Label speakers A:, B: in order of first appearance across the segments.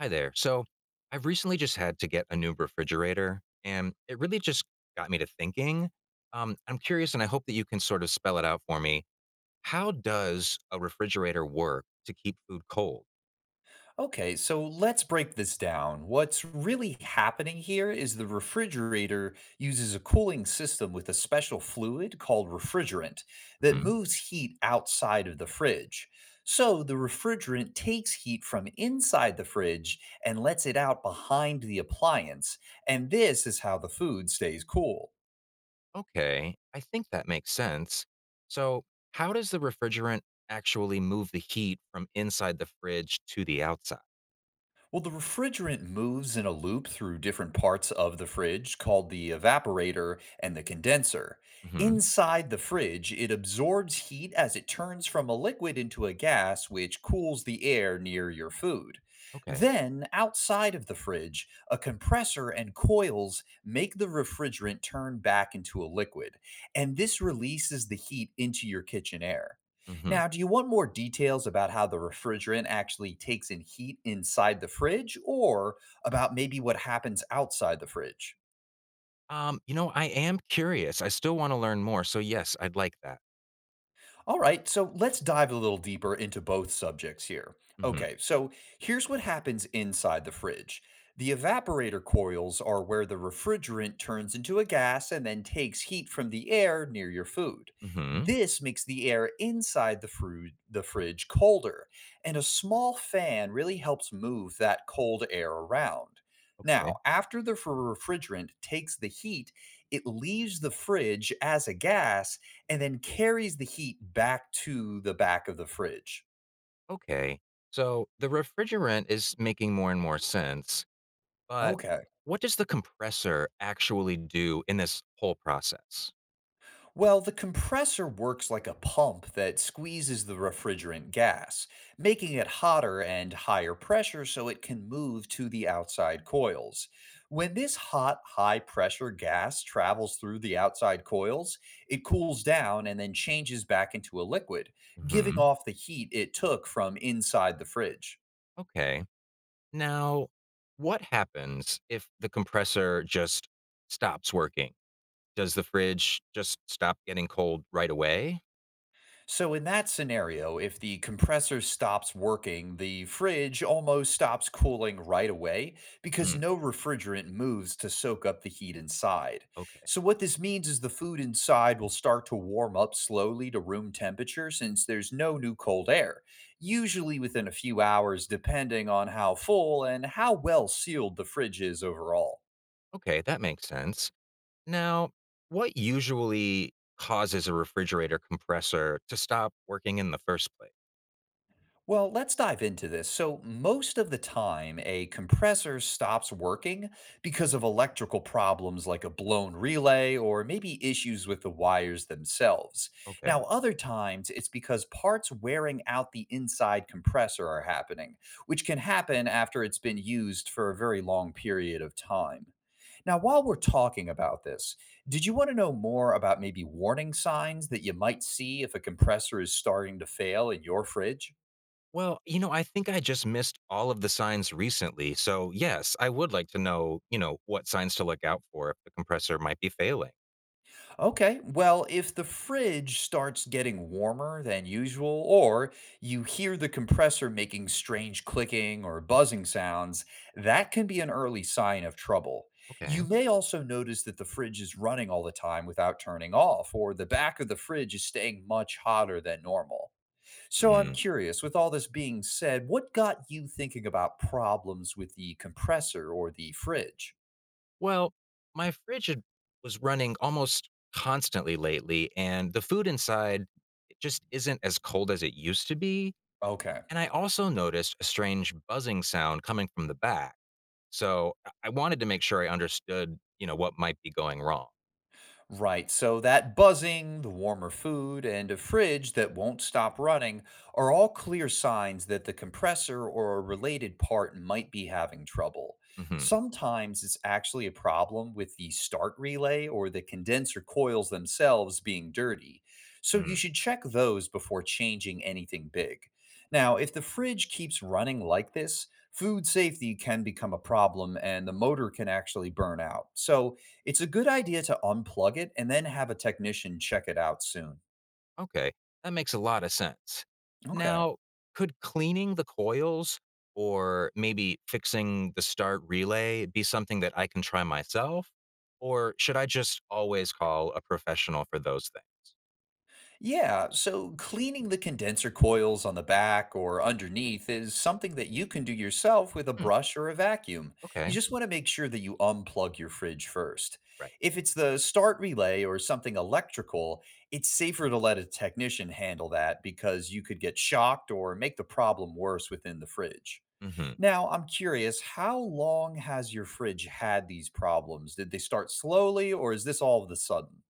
A: Hi there. So I've recently just had to get a new refrigerator, and it really just got me to thinking. I'm curious, and I hope that you can sort of spell it out for me. How does a refrigerator work to keep food cold?
B: Okay, so let's break this down. What's really happening here is the refrigerator uses a cooling system with a special fluid called refrigerant that
A: Hmm.
B: moves heat outside of the fridge. So the refrigerant takes heat from inside the fridge and lets it out behind the appliance, and this is how the food stays cool.
A: Okay, I think that makes sense. So, how does the refrigerant actually move the heat from inside the fridge to the outside?
B: Well, the refrigerant moves in a loop through different parts of the fridge called the evaporator and the condenser.
A: Hmm.
B: Inside the fridge, it absorbs heat as it turns from a liquid into a gas, which cools the air near your food.
A: Okay.
B: Then, outside of the fridge, a compressor and coils make the refrigerant turn back into a liquid, and this releases the heat into your kitchen air.
A: Hmm.
B: Now, do you want more details about how the refrigerant actually takes in heat inside the fridge or about maybe what happens outside the fridge?
A: I am curious. I still want to learn more. So, yes, I'd like that.
B: All right, so let's dive a little deeper into both subjects here.
A: Hmm.
B: Okay, so here's what happens inside the fridge. The evaporator coils are where the refrigerant turns into a gas and then takes heat from the air near your food.
A: Hmm.
B: This makes the air inside the fridge colder, and a small fan really helps move that cold air around. Now,
A: Okay.
B: after the refrigerant takes the heat, it leaves the fridge as a gas and then carries the heat back to the back of the fridge.
A: Okay, so the refrigerant is making more and more sense, but
B: Okay.
A: what does the compressor actually do in this whole process?
B: Well, the compressor works like a pump that squeezes the refrigerant gas, making it hotter and higher pressure so it can move to the outside coils. When this hot, high pressure gas travels through the outside coils, it cools down and then changes back into a liquid, giving
A: Hmm.
B: off the heat it took from inside the fridge.
A: Okay. Now, what happens if the compressor just stops working? Does the fridge just stop getting cold right away?
B: So, in that scenario, if the compressor stops working, the fridge almost stops cooling right away because
A: Mm,
B: no refrigerant moves to soak up the heat inside.
A: okay.
B: So, what this means is the food inside will start to warm up slowly to room temperature since there's no new cold air, usually within a few hours, depending on how full and how well sealed the fridge is overall.
A: Okay, that makes sense. Now, what usually causes a refrigerator compressor to stop working in the first place?
B: Well, let's dive into this. So, most of the time, a compressor stops working because of electrical problems like a blown relay or maybe issues with the wires themselves.
A: Okay.
B: Now, other times, it's because parts wearing out the inside compressor are happening, which can happen after it's been used for a very long period of time. Now, while we're talking about this, did you want to know more about maybe warning signs that you might see if a compressor is starting to fail in your fridge?
A: Well, I think I just missed all of the signs recently. So, yes, I would like to know, what signs to look out for if the compressor might be failing.
B: Okay, well, if the fridge starts getting warmer than usual, or you hear the compressor making strange clicking or buzzing sounds, that can be an early sign of trouble. You
A: Okay.
B: may also notice that the fridge is running all the time without turning off, or the back of the fridge is staying much hotter than normal. So I'm
A: Mm.
B: curious, with all this being said, what got you thinking about problems with the compressor or the fridge?
A: Well, my fridge was running almost constantly lately, and the food inside it just isn't as cold as it used to be.
B: Okay.
A: And I also noticed a strange buzzing sound coming from the back. So, I wanted to make sure I understood, what might be going wrong.
B: Right, so that buzzing, the warmer food, and a fridge that won't stop running are all clear signs that the compressor or a related part might be having trouble.
A: Mm-hmm.
B: Sometimes it's actually a problem with the start relay or the condenser coils themselves being dirty, so you
A: Hmm.
B: should check those before changing anything big. Now, if the fridge keeps running like this, food safety can become a problem and the motor can actually burn out. So, it's a good idea to unplug it and then have a technician check it out soon.
A: Okay, that makes a lot of sense.
B: Okay.
A: Now, could cleaning the coils or maybe fixing the start relay be something that I can try myself? Or should I just always call a professional for those things?
B: Yeah, so cleaning the condenser coils on the back or underneath is something that you can do yourself with a
A: Hmm,
B: brush or a vacuum. You
A: okay,
B: just want to make sure that you unplug your fridge first.
A: right.
B: If it's the start relay or something electrical, it's safer to let a technician handle that because you could get shocked or make the problem worse within the fridge.
A: Hmm.
B: Now, I'm curious, how long has your fridge had these problems? Did they start slowly or is this all of the sudden?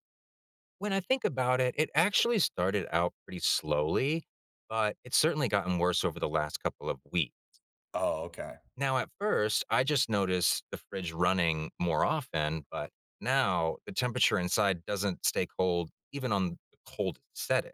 A: When I think about it, it actually started out pretty slowly, but it's certainly gotten worse over the last couple of weeks.
B: Oh, okay.
A: Now, at first, I just noticed the fridge running more often, but now the temperature inside doesn't stay cold even on the coldest setting.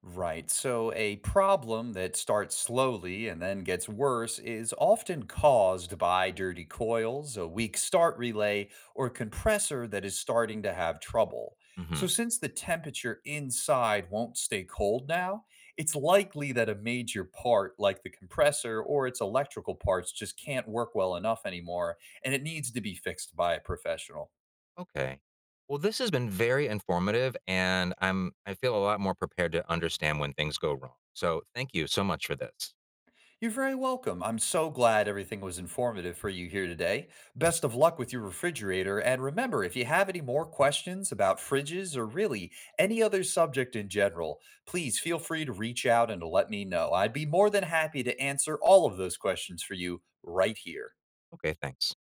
B: Right. So a problem that starts slowly and then gets worse is often caused by dirty coils, a weak start relay, or compressor that is starting to have trouble. So
A: Hmm.
B: since the temperature inside won't stay cold now, it's likely that a major part like the compressor or its electrical parts just can't work well enough anymore and it needs to be fixed by a professional.
A: Okay. Well, this has been very informative, and I feel a lot more prepared to understand when things go wrong. So, thank you so much for this.
B: You're very welcome. I'm so glad everything was informative for you here today. Best of luck with your refrigerator. And remember, if you have any more questions about fridges or really any other subject in general, please feel free to reach out and to let me know. I'd be more than happy to answer all of those questions for you right here.
A: Okay, thanks.